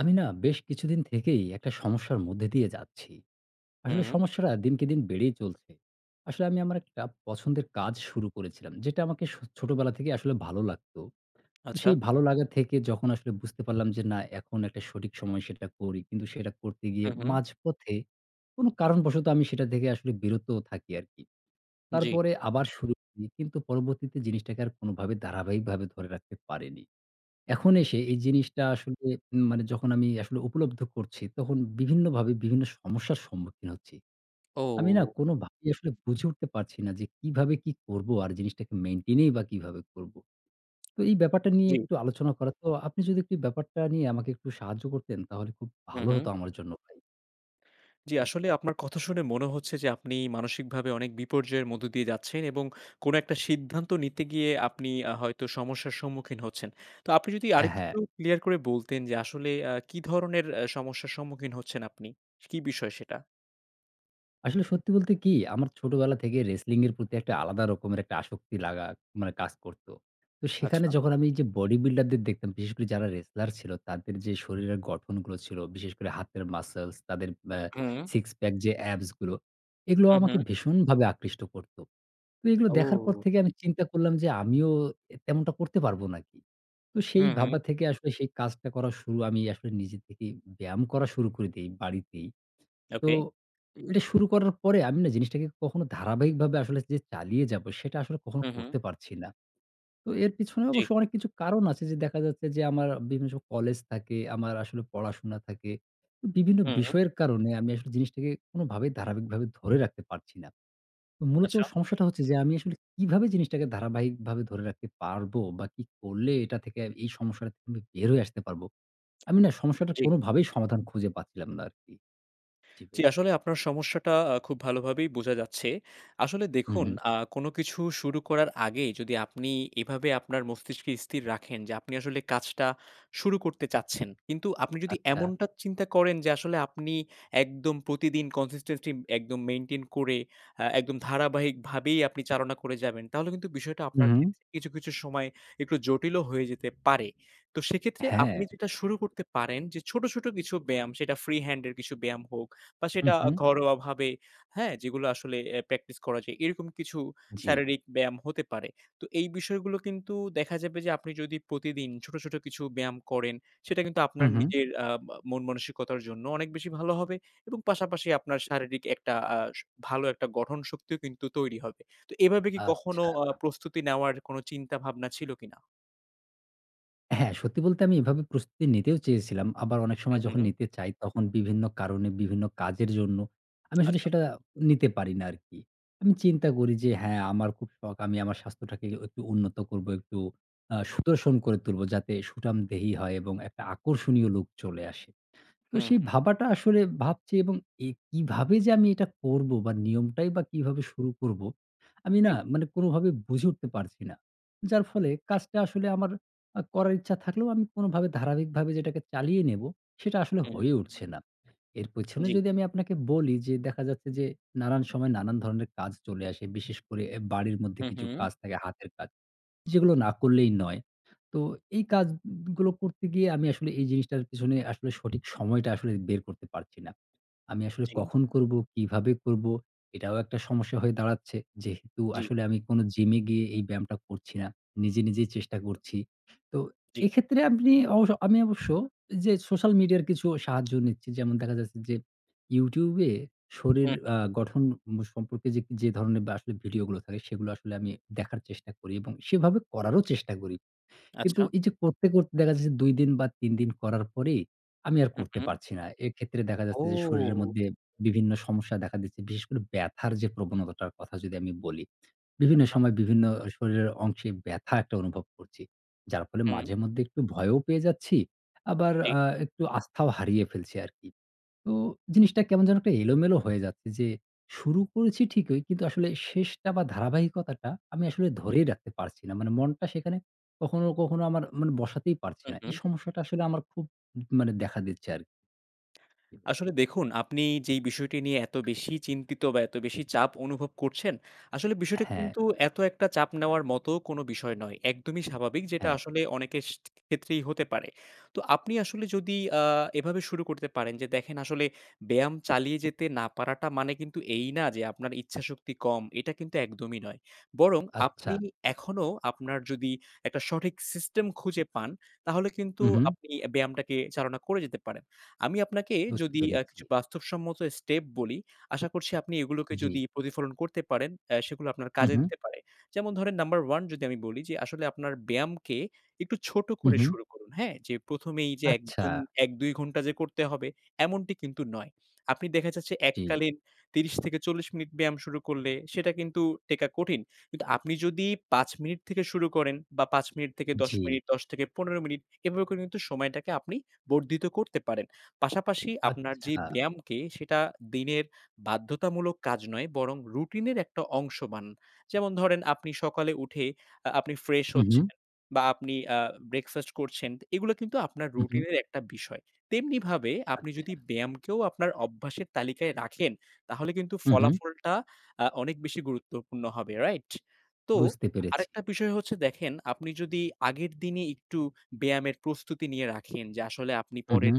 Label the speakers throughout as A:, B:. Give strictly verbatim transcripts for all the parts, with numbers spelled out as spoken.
A: আমি না বেশ কিছুদিন থেকেই একটা সমস্যার মধ্যে দিয়ে যাচ্ছি। আসলে
B: হুম,
A: সমস্যাটা দিনকে দিন বেড়েই চলছে। আসলে আমি আমার একটা পছন্দের কাজ শুরু করেছিলাম। যেটা আমাকে স ছোটবেলা থেকে আসলে ভালো লাগতো। তো
B: আচ্ছা।
A: সেই ভালো লাগা থেকে যখন আসলে বুঝতে পারলাম যে না এখন একটা সঠিক সময় সেটা করি। কিন্তু সেটা করতে গিয়ে
B: হু, হুম।
A: মাঝপথে কোনো কারণবশত আমি সেটা থেকে আসলে বিরত থাকি আরকি।
B: জি।
A: তারপরে আবার শুরু করি। কিন্তু পরবর্তীতে জিনিসটাকে আর কোনোভাবে ধারাবাহিকভাবে ধরে রাখতে পারিনি। এখন এসে এই জিনিসটা আসলে উম মানে যখন আমি আসলে উপলব্ধ করছি, তখন বিভিন্নভাবে বিভিন্ন সমস্যার সম্মুখীন হচ্ছি। আমি না
B: ও!
A: কোনোভাবেই আসলে বুঝে উঠতে পারছি না যে কিভাবে কি করব? আর জিনিসটাকে মেইনটেইন ই বা কিভাবে করব? তো এই ব্যাপারটা নিয়ে
B: জি।
A: একটু আলোচনা করা। তো আপনি যদি একটু ব্যাপারটা নিয়ে আমাকে একটু সাহায্য করতেন তাহলে খুব
B: হু,
A: ভালো
B: হুম।
A: হতো আমার জন্য ভাই।
B: জি,
A: জি।
B: আসলে আপনার কথা শুনে মনে হচ্ছে যে আপনি মানসিকভাবে অনেক বিপর্যয়ের মধ্য দিয়ে যাচ্ছেন এবং কোনো একটা সিদ্ধান্ত নিতে গিয়ে আপনি আ হয়তো সমস্যার সম্মুখীন হচ্ছেন। তো আপনি যদি
A: অ্যা
B: আরেকটু
A: হ্যাঁ।
B: ক্লিয়ার করে বলতেন যে আসলে আ কি ধরনের আ সমস্যার সম্মুখীন হচ্ছেন আপনি? কি বিষয় সেটা?
A: আসলে সত্যি বলতে কি, আমার ছোটবেলা থেকে wrestling এর প্রতি একটা আলাদা রকমের একটা আসক্তি লাগা মানে কাজ করত। তো সেখানে
B: আচ্ছা।
A: যখন আমি এই যে বডি বিল্ডারদের দেখতাম, বিশেষ করে যারা wrestler ছিল, তাদের যে শরীরের গঠনগুলো ছিল, বিশেষ করে হাতের মাসলস, তাদের অ্যা
B: হুম,
A: সিক্স প্যাক যে অ্যাবস গুলো, এগুলো
B: হু,
A: আমাকে
B: হুম।
A: ভীষণভাবে আকৃষ্ট করত। তো এগুলো দেখার পর
B: ও!
A: থেকে আমি চিন্তা করলাম যে আমিও এ তেমনটা করতে পারবো নাকি? তো
B: হু,
A: সেই
B: হুম।
A: ভাবা থেকে আসলে সেই কাজটা করা শুরু আমি আসলে নিজে থেকেই ব্যায়াম করা শুরু করে দেই বাড়িতেই। তো
B: ওকে।
A: এটা শুরু করার পরে আমি না জিনিসটাকে কখনো ধারাবাহিকভাবে আসলে যে চালিয়ে যাব সেটা আসলে কখনো
B: হু, হুম।
A: করতে পারছি না। তো এর পিছনে
B: জি।
A: অবশ্য অনেক কিছু কারণ আছে যে দেখা যাচ্ছে যে আমার বিভিন্ন সময় কলেজ থাকে, আমার আসলে পড়াশোনা থাকে। তো বিভিন্ন
B: হুম,
A: বিষয়ের কারণে আমি আসলে জিনিসটাকে কোনোভাবেই ধারাবাহিকভাবে ধরে রাখতে পারছি না। তো মূলত
B: আচ্ছা।
A: সমস্যাটা হচ্ছে যে আমি আসলে কিভাবে জিনিসটাকে ধারাবাহিকভাবে ধরে রাখতে পারবো বা কি করলে এটা থেকে এই সমস্যাটা থেকে আমি বের হয়ে আসতে পারবো? আমি না সমস্যাটার
B: জি।
A: কোনোভাবেই সমাধান খুঁজে পাচ্ছিলাম না আরকি। জি
B: জি,
A: ভাই।
B: আসলে আপনার সমস্যাটা আ খুব ভালোভাবেই বোঝা যাচ্ছে। আসলে
A: হুম,
B: দেখুন,
A: হুম।
B: আ কোনো কিছু শুরু করার আগে যদি আপনি এভাবে আপনার মস্তিষ্কে স্থির রাখেন যে, আপনি আসলে কাজটা শুরু করতে চাচ্ছেন। কিন্তু আপনি যদি
A: আচ্ছা।
B: এমনটা চিন্তা করেন যে, আসলে আপনি একদম প্রতিদিন consistency একদম মেইনটেইন করে আ একদম ধারাবাহিকভাবেই আপনি চালনা করে যাবেন, তাহলে কিন্তু বিষয়টা
A: হুম,
B: আপনার
A: হুম।
B: ক্ষেত্রে কিছু, কিছু সময় একটু জটিলও হয়ে যেতে পারে। তো সেক্ষেত্রে
A: হ্যাঁ।
B: আপনি যেটা শুরু করতে পারেন যে, ছোট, ছোট কিছু ব্যায়াম, সেটা ফ্রি হ্যান্ড এর কিছু ব্যায়াম হোক বা
A: হুম,
B: সেটা
A: হুম।
B: ঘরোয়াভাবে, হ্যাঁ? যেগুলো আসলে অ্যা প্র্যাকটিস করা যায়। এরকম কিছু
A: জি।
B: শারীরিক ব্যায়াম হতে পারে। তো এই বিষয়গুলো কিন্তু দেখা যাবে যে আপনি যদি প্রতিদিন ছোট, ছোট কিছু ব্যায়াম করেন, সেটা কিন্তু আপনার
A: হুম, হুম।
B: নিজের আ মা মন মানসিকতার জন্য অনেক বেশি ভালো হবে এবং পাশাপাশি আপনার শারীরিক একটা আ স ভালো একটা গঠন শক্তিও কিন্তু তৈরি হবে। তো এভাবে কি কখনো
A: আচ্ছা।
B: আ প্রস্তুতি নেওয়ার কোনো চিন্তা ভাবনা ছিল কিনা?
A: হ্যাঁ, সত্যি বলতে আমি এভাবে প্রস্তুতি নিতেও চেয়েছিলাম। আবার অনেক সময়
B: হুম,
A: যখন
B: হুম।
A: নিতে চাই তখন বিভিন্ন কারণে, বিভিন্ন কাজের জন্য আমি আসলে
B: আচ্ছা।
A: সেটা নিতে পারি না আরকি। আমি চিন্তা
B: জি।
A: করি যে হ্যাঁ, আমার খুব শখ আমি আমার স্বাস্থ্যটাকে একটু উন্নত করব, একটু আ সুদর্শন করে তুলব যাতে সুঠামদেহী হয় এবং একটা আকর্ষণীয় লুক চলে আসে। তো
B: হুম,
A: সেই
B: হুম।
A: ভাবাটা আসলে ভাবছি এবং এ কিভাবে যে আমি এটা করব বা নিয়মটাই বা কিভাবে শুরু করব? আমি না
B: জি।
A: মানে কোনোভাবে বুঝে উঠতে পারছি না। যার ফলে কাজটা আসলে আমার আ করার ইচ্ছা থাকলেও আমি কোনোভাবে ধারাবাহিকভাবে যেটাকে চালিয়ে নেব, সেটা আসলে
B: হুম।
A: হয়ে উঠছে না। এর পেছনে
B: জি।
A: যদি আমি আপনাকে বলি যে দেখা যাচ্ছে যে নানান সময় নানান ধরনের কাজ চলে আসে। বিশেষ করে এ বাড়ির মধ্যে
B: হুম,
A: কিছু
B: হুম।
A: কাজ থাকে হাতের কাজ। যেগুলো না করলেই নয়। তো এই কাজগুলো করতে গিয়ে আমি আসলে এই জিনিসটার পিছনে আসলে সঠিক সময়টা আসলে বের করতে পারছি না। আমি আসলে
B: জি,
A: কখন করব, কিভাবে করব, এটাও একটা সমস্যা হয়ে দাঁড়াচ্ছে। যেহেতু
B: জি,
A: আসলে আমি কোনো জিমে গিয়ে এই ব্যায়ামটা করছি না। নিজে, নিজেই চেষ্টা করছি। তো
B: জি।
A: এক্ষেত্রে আপনি অবশ্য আমি অবশ্য যে সোশ্যাল মিডিয়ার কিছু সাহায্য নিচ্ছি। যেমন দেখা যাচ্ছে যে YouTube এ শরীর
B: হুম।
A: আ গঠন ম সম্পর্কে যে, যে ধরনের বা আসলে ভিডিওগুলো থাকে সেগুলো আসলে আমি দেখার চেষ্টা করি এবং সেভাবে করারও চেষ্টা করি। কিন্তু
B: আচ্ছা।
A: এই যে করতে, করতে দেখা যাচ্ছে দুই দিন বা তিন দিন করার পরেই আমি আর
B: হুম,
A: করতে
B: হুম।
A: পারছি না। এক্ষেত্রে দেখা যাচ্ছে যে শরীরের
B: ও!
A: মধ্যে বিভিন্ন সমস্যা দেখা দিচ্ছে। বিশেষ করে ব্যাথার যে প্রবণতাটার কথা যদি আমি বলি। বিভিন্ন সময় বিভিন্ন শরীরের অংশে ব্যাথা একটা অনুভব করছি। যার ফলে
B: হুম,
A: মাঝে মধ্যে একটু ভয়ও পেয়ে যাচ্ছি। আবার
B: জি।
A: আ একটু আস্থাও হারিয়ে ফেলছি আরকি। তো জিনিসটা কেমন যেন একটা এলোমেলো হয়ে যাচ্ছে যে শুরু করেছি ঠিকই কিন্তু আসলে শেষটা বা ধারাবাহিকতাটা আমি আসলে ধরেই রাখতে পারছি না। মানে মনটা সেখানে কখনো, কখনো আমার মানে বসাতেই পারছি না। এই
B: হুম।
A: সমস্যাটা আসলে আমার খুব মানে দেখা দিচ্ছে আরকি।
B: আসলে দেখুন, আপনি যেই বিষয়টি নিয়ে এত বেশি চিন্তিত বা এত বেশি চাপ অনুভব করছেন, আসলে বিষয়টা
A: হ্যাঁ,
B: কিন্তু এত একটা চাপ নেওয়ার মতো কোনো বিষয় নয়। একদমই স্বাভাবিক যেটা
A: হ্যাঁ।
B: আসলে অনেকের স ক্ষেত্রেই হতে পারে। তো আপনি আসলে যদি আ এভাবে শুরু করতে পারেন যে দেখেন আসলে ব্যায়াম চালিয়ে যেতে না পারাটা মানে কিন্তু এই না যে আপনার ইচ্ছাশক্তি কম, এটা কিন্তু একদমই নয়। বরং
A: আচ্ছা।
B: আপনি এখনো আপনার যদি একটা সঠিক সিস্টেম খুঁজে পান, তাহলে কিন্তু
A: হু, হু।
B: আপনি ব্যায়ামটাকে চালনা করে যেতে পারেন। আমি আপনাকে
A: বুঝতে
B: যদি আ
A: পেরেছি।
B: কিছু বাস্তবসম্মত স্টেপ বলি, আশা করছি আপনি এগুলোকে
A: জি।
B: যদি প্রতিফলন করতে পারেন, অ্যা সেগুলো আপনার
A: হু,
B: কাজে
A: হু,
B: দিতে পারে। যেমন ধরেন নাম্বার এক যদি আমি বলি যে আসলে আপনার ব্যায়ামকে একটু ছোট
A: হু,
B: করে
A: হু।
B: শুরু করুন, হ্যাঁ? যে প্রথম এই যে
A: আচ্ছা।
B: একদম এক দুই ঘন্টা যে করতে হবে এমনটি কিন্তু নয়। আপনি দেখা যাচ্ছে
A: জি,
B: এককালীন ত্রিশ থেকে চল্লিশ মিনিট ব্যায়াম শুরু করলে সেটা কিন্তু টেকা কঠিন। কিন্তু আপনি যদি পাঁচ মিনিট থেকে শুরু করেন বা পাঁচ মিনিট থেকে দশ
A: জি।
B: মিনিট, দশ থেকে পনেরো মিনিট এভাবে করে কিন্তু সময়টাকে আপনি বর্ধিত করতে পারেন। পাশাপাশি আপনার
A: আচ্ছা।
B: যে ব্যায়ামকে সেটা দিনের বাধ্যতামূলক কাজ নয় বরং রুটিনের একটা অংশ বানান। যেমন ধরেন আপনি সকালে উঠে আ আপনি ফ্রেশ
A: হু, হু,
B: হচ্ছেন বা আপনি আ ব্রেকফাস্ট করছেন। এগুলো কিন্তু আপনার
A: হু, হু।
B: রুটিনের একটা বিষয়। তেমনিভাবে আপনি
A: আচ্ছা।
B: যদি ব্যায়ামকেও আপনার অভ্যাসের তালিকায় রাখেন, তাহলে কিন্তু
A: হু, হু।
B: ফলাফলটা আ অনেক বেশি গুরুত্বপূর্ণ হবে, রাইট? তো
A: বুঝতে পেরেছি।
B: আরেকটা বিষয় হচ্ছে দেখেন আপনি যদি আগের দিনে একটু ব্যায়ামের প্রস্তুতি নিয়ে রাখেন যে আসলে আপনি
A: হু, হু,
B: পরের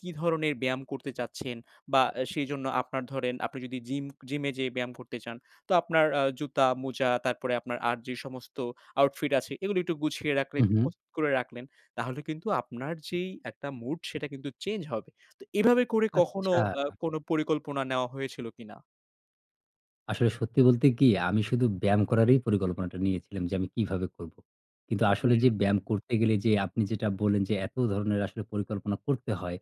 B: কি ধরনের ব্যায়াম করতে চাচ্ছেন? বা আ সেজন্য আপনার ধরেন আপনি যদি জিম জিমে যেয়ে ব্যায়াম করতে চান, তো আপনার আ জুতা, মোজা তারপরে আপনার আর যে সমস্ত আউটফিট আছে এগুলো একটু গুছিয়ে
A: হু,
B: রাখলেন,
A: হু।
B: প্রস্তুত করে রাখলেন। তাহলে কিন্তু আপনার যেই একটা মুড সেটা কিন্তু চেঞ্জ হবে। তো এভাবে করে কখনো
A: আচ্ছা।
B: আ কোনো পরিকল্পনা নেওয়া হয়েছিল কিনা?
A: আসলে সত্যি বলতে কি, আমি শুধু ব্যায়াম করারই পরিকল্পনাটা নিয়েছিলাম যে আমি কিভাবে করব। কিন্তু আসলে
B: হুম,
A: যে ব্যায়াম করতে গেলে যে আপনি যেটা বললেন যে এত ধরনের আসলে পরিকল্পনা করতে হয়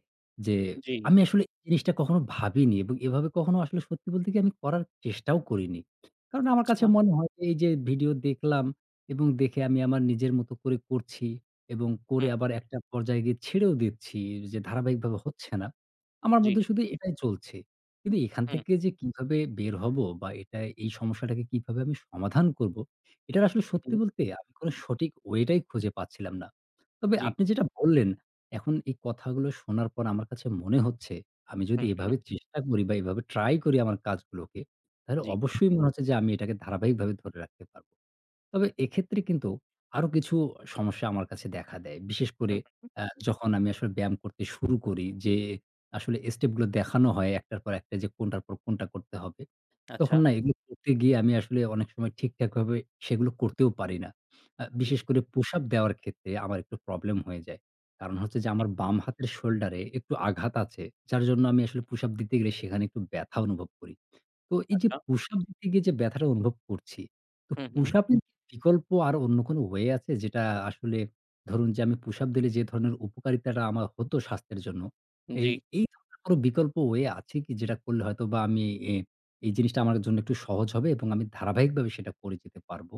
A: যে
B: জি,
A: আমি আসলে এই জিনিসটা কখনো ভাবিনি এবং এভাবে কখনো আসলে সত্যি বলতে কি আমি করার চেষ্টাও করিনি। কারণ আমার কাছে
B: আচ্ছা,
A: মনে হয় যে এই যে ভিডিও দেখলাম এবং দেখে আমি আমার নিজের মতো করে করছি এবং করে
B: হুম,
A: আবার একটা পর্যায়ে গিয়ে ছেড়েও দিচ্ছি যে ধারাবাহিকভাবে হচ্ছে না। আমার
B: জি,
A: মধ্যে শুধু এটাই চলছে। কিন্তু এখান
B: হুম,
A: থেকে যে কিভাবে বের হবো বা এটা এই সমস্যাটাকে কিভাবে আমি সমাধান করব, এটার আসলে সত্যি
B: হুম,
A: বলতে আমি কোন সঠিক ওয়েটাই খুঁজে পাচ্ছিলাম না। তবে
B: জি,
A: আপনি যেটা বললেন, এখন এই কথাগুলো শোনার পর আমার কাছে মনে হচ্ছে, আমি যদি
B: হুম, হুম,
A: এভাবে চেষ্টা করি বা এভাবে ট্রাই করি আমার কাজগুলোকে, তাহলে
B: জি,
A: অবশ্যই মনে হচ্ছে যে আমি এটাকে ধারাবাহিকভাবে ধরে রাখতে পারব। তবে এক্ষেত্রে
B: জি,
A: কিন্তু আরো কিছু সমস্যা আমার কাছে দেখা দেয়। বিশেষ করে
B: হুম, হুম,
A: আ যখন আমি আসলে ব্যায়াম করতে শুরু করি যে আসলে স্টেপগুলো দেখানো হয় একটার পর একটা যে কোনটার পর কোনটা করতে হবে।
B: আচ্ছা,
A: তখন না এগুলো করতে গিয়ে আমি আসলে অনেক সময় ঠিকঠাকভাবে সেগুলো করতেও পারি না। আ বিশেষ
B: জি,
A: করে পুশ আপ দেওয়ার ক্ষেত্রে আমার একটু প্রবলেম হয়ে যায়। কারণ হচ্ছে যে
B: জি,
A: আমার বাম হাতের শোল্ডারে একটু আঘাত আছে। যার জন্য আমি আসলে পুশ আপ দিতে গেলে সেখানে একটু ব্যথা অনুভব করি। তো এই যে
B: আচ্ছা,
A: পুশ আপ দিতে গিয়ে যে ব্যথাটা অনুভব করছি, তো
B: হুম, হুম,
A: পুশ আপ এর বিকল্প আর অন্য কোনো ওয়ে আছে যেটা আসলে ধরুন যে আমি পুশ আপ দিলে যে ধরনের উপকারিতাটা আমার হতো স্বাস্থ্যের জন্য, এই
B: জি।
A: এই ধরনের কোনো বিকল্প ওয়ে আছে কি যেটা করলে হয়তোবা আমি এ এই জিনিসটা আমার জন্য একটু সহজ হবে এবং আমি ধারাবাহিকভাবে সেটা করে যেতে পারব।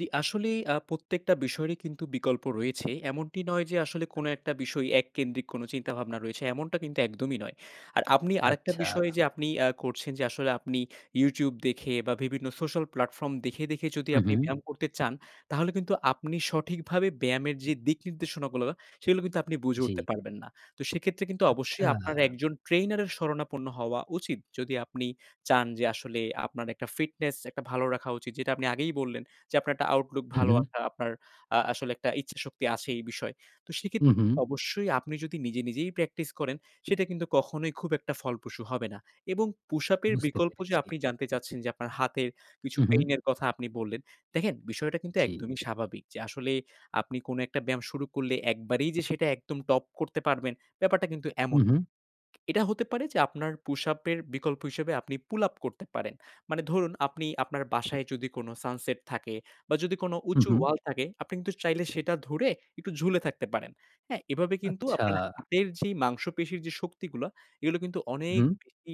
B: জি, আসলেই আ প্রত্যেকটা বিষয়েরই কিন্তু বিকল্প রয়েছে। এমনটি নয় যে আসলে কোনো একটা বিষয় এককেন্দ্রিক কোনো চিন্তাভাবনা রয়েছে, এমনটা কিন্তু একদমই নয়। আর আপনি আরেকটা
A: আচ্ছা।
B: বিষয় যে আপনি আ করছেন যে আসলে আপনি YouTube দেখে বা বিভিন্ন সোশ্যাল প্ল্যাটফর্ম দেখে, দেখে যদি
A: হু, হু।
B: আপনি ব্যায়াম করতে চান, তাহলে কিন্তু আপনি সঠিকভাবে ব্যায়ামের যে দিক নির্দেশনাগুলো, সেগুলো কিন্তু আপনি বুঝে
A: জি।
B: উঠতে পারবেন না। তো সেক্ষেত্রে কিন্তু
A: আচ্ছা।
B: অবশ্যই আপনার একজন ট্রেইনারের শরণাপন্ন হওয়া উচিত। যদি আপনি চান যে আসলে আপনার একটা ফিটনেস একটা ভালো রাখা উচিত, যেটা আপনি আগেই বললেন। যে আপনার একটা আউটলুক
A: হু,
B: ভালো
A: হু।
B: একটা আপনার আ আসলে একটা ইচ্ছাশক্তি আছে এই বিষয়ে। তো
A: হু,
B: সেক্ষেত্রে
A: হু।
B: কিন্তু অবশ্যই আপনি যদি নিজে, নিজেই প্র্যাকটিস করেন সেটা কিন্তু কখনোই খুব একটা ফলপ্রসূ হবে না। এবং পুশ আপ এর
A: বুঝতে
B: বিকল্প যে
A: পেরেছি।
B: আপনি জানতে চাচ্ছেন যে আপনার হাতের কিছু
A: হু, হু।
B: পেইন এর কথা আপনি বললেন। দেখেন বিষয়টা কিন্তু
A: জি।
B: একদমই স্বাভাবিক যে আসলে আপনি কোনো একটা ব্যায়াম শুরু করলে একবারেই যে সেটা একদম টপ করতে পারবেন ব্যাপারটা কিন্তু
A: হু,
B: এমন
A: হু।
B: না। এটা হতে পারে যে আপনার পুশ-আপ এর বিকল্প হিসেবে আপনি পুল-আপ করতে পারেন। মানে ধরুন আপনি আপনার বাসায় যদি কোনো সানসেট থাকে বা যদি কোনো
A: হু,
B: উঁচু
A: হু।
B: ওয়াল থাকে, আপনি কিন্তু চাইলে সেটা ধরে একটু ঝুলে থাকতে পারেন। হ্যাঁ? এভাবে কিন্তু
A: আচ্ছা।
B: আপনার হাতের যেই মাংসপেশির যে শক্তিগুলা, এগুলো কিন্তু অনেক
A: হু।
B: বেশি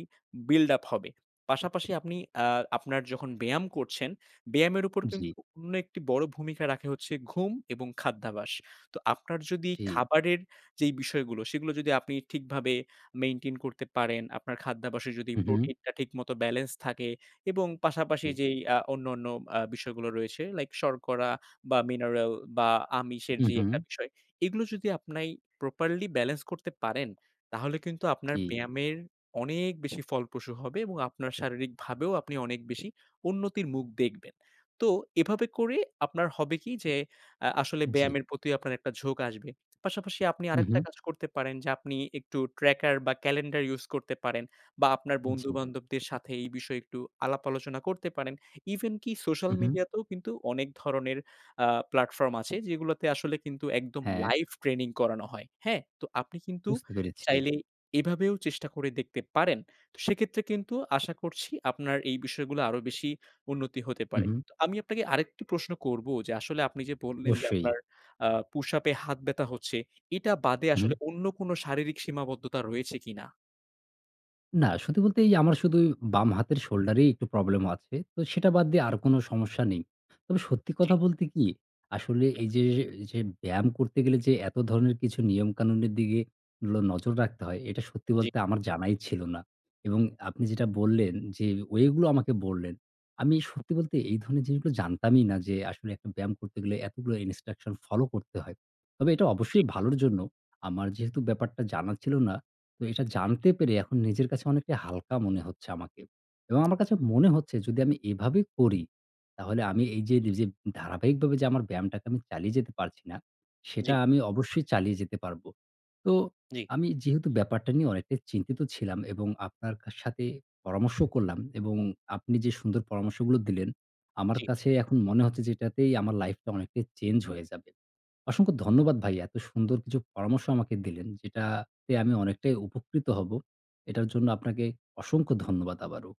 B: বিল্ড আপ হবে। পাশাপাশি আপনি আ আপনার যখন ব্যায়াম করছেন, ব্যায়ামের উপর
A: জি,
B: কিন্তু অন্য একটি বড় ভূমিকা রাখে হচ্ছে ঘুম এবং খাদ্যাভ্যাস। তো আপনার যদি
A: জি।
B: খাবারের যেই বিষয়গুলো, সেগুলো যদি আপনি ঠিকভাবে মেইনটেইন করতে পারেন। আপনার খাদ্যাভ্যাসে যদি
A: হু, হু।
B: প্রোটিনটা ঠিকমতো ব্যালেন্স থাকে এবং পাশাপাশি
A: জি।
B: যেই আ অন্যান্য আ বিষয়গুলো রয়েছে লাইক শর্করা বা মিনারেল বা আমিষের
A: হু,
B: যে
A: হু।
B: একটা বিষয়, এগুলো যদি আপনি প্রপারলি ব্যালেন্স করতে পারেন, তাহলে কিন্তু আপনার
A: জি,
B: ব্যায়ামের অনেক বেশি ফলপ্রসূ হবে এবং আপনার শারীরিকভাবেও আপনি অনেক বেশি উন্নতির মুখ দেখবেন। তো এভাবে করে আপনার হবে কি যে আ আসলে
A: জি।
B: ব্যায়ামের প্রতি আপনার একটা ঝোঁক আসবে। পাশাপাশি আপনি
A: হু, হু।
B: আরেকটা কাজ করতে পারেন যে আপনি একটু ট্র্যাকার বা ক্যালেন্ডার ইউজ করতে পারেন বা আপনার
A: জি।
B: বন্ধু-বান্ধবদের সাথে এই বিষয়ে একটু আলাপ আলোচনা করতে পারেন। ইভেন কি সোশ্যাল
A: হু, হু।
B: মিডিয়াতেও কিন্তু অনেক ধরনের আ প্ল্যাটফর্ম আছে যেগুলোতে আসলে কিন্তু একদম
A: হ্যাঁ,
B: লাইভ ট্রেনিং করানো হয়। হ্যাঁ? তো আপনি কিন্তু
A: বুঝতে পেরেছি।
B: চাইলে এভাবেও চেষ্টা করে দেখতে পারেন। তো সেক্ষেত্রে কিন্তু আশা করছি আপনার এই বিষয়গুলো আরো বেশি উন্নতি হতে
A: হু,
B: পারে।
A: হু।
B: তো আমি আপনাকে আরেকটি প্রশ্ন করব যে আসলে আপনি যে বললেন যে
A: অবশ্যই।
B: আপনার আ পুশ আপ এ হাত ব্যথা হচ্ছে। এটা বাদে
A: হু।
B: আসলে অন্য কোনো শারীরিক সীমাবদ্ধতা রয়েছে কিনা?
A: না, সত্যি বলতে এই আমার শুধু বাম হাতের শোল্ডারেই একটু প্রবলেম আছে। তো সেটা বাদ দিয়ে আর কোনো সমস্যা নেই। তবে সত্যি
B: জি,
A: কথা বলতে কি, আসলে এই যে, যে ব্যায়াম করতে গেলে যে এত ধরনের কিছু নিয়মকানুনের দিকে লো নজর রাখতে হয়, এটা সত্যি
B: জি,
A: বলতে আমার জানাই ছিল না। এবং আপনি যেটা বললেন যে ওয়ে গুলো আমাকে বললেন, আমি সত্যি বলতে এই ধরনের জিনিসগুলো জানতামই না যে আসলে একটা ব্যায়াম করতে গেলে এতগুলো ইনস্ট্রাকশন ফলো করতে হয়। তবে এটা অবশ্যই ভালোর জন্য। আমার যেহেতু ব্যাপারটা জানা ছিল না তো এটা জানতে পেরে এখন নিজের কাছে অনেকটাই হালকা মনে হচ্ছে আমাকে। এবং আমার কাছে মনে হচ্ছে যদি আমি এভাবে করি, তাহলে আমি এই যে যে ধারাবাহিকভাবে যে আমার ব্যায়ামটাকে আমি চালিয়ে যেতে পারছি না, সেটা
B: জি,
A: আমি অবশ্যই চালিয়ে যেতে পারবো। তো
B: জি,
A: আমি যেহেতু ব্যাপারটা নিয়ে অনেকটাই চিন্তিত ছিলাম এবং আপনার কা সাথে পরামর্শ করলাম এবং আপনি যে সুন্দর পরামর্শগুলো দিলেন, আমার
B: জি।
A: কাছে এখন মনে হচ্ছে যে এটাতেই আমার লাইফটা অনেকটাই চেঞ্জ হয়ে যাবে। অসংখ্য ধন্যবাদ ভাই। এত সুন্দর কিছু পরামর্শ আমাকে দিলেন যেটাতে আমি অনেকটাই উপকৃত হব। এটার জন্য আপনাকে অসংখ্য ধন্যবাদ আবারও।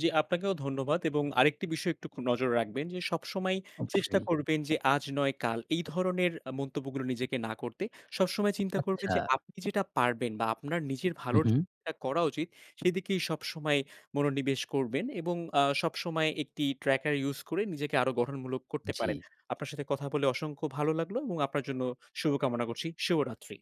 B: জি, আপনাকেও ধন্যবাদ এবং আরেকটি বিষয় একটু খু নজরে রাখবেন যে, সবসময় চেষ্টা
A: অবশ্যই।
B: করবেন যে, আজ নয় কাল এই ধরনের আ মন্তব্যগুলো নিজেকে না করতে। সবসময় চিন্তা করবেন
A: আচ্ছা।
B: যে, আপনি যেটা পারবেন বা আপনার নিজের
A: হু,
B: ভালোর
A: হু।
B: যেটা করা উচিত, সেদিকেই সবসময় মনোনিবেশ করবেন এবং আ সবসময় একটি ট্র্যাকার ইউজ করে নিজেকে আরো গঠনমূলক করতে
A: জি।
B: পারেন। আপনার সাথে কথা বলে অসংখ্য ভালো লাগলো এবং আপনার জন্য শুভকামনা করছি। শুভরাত্রি।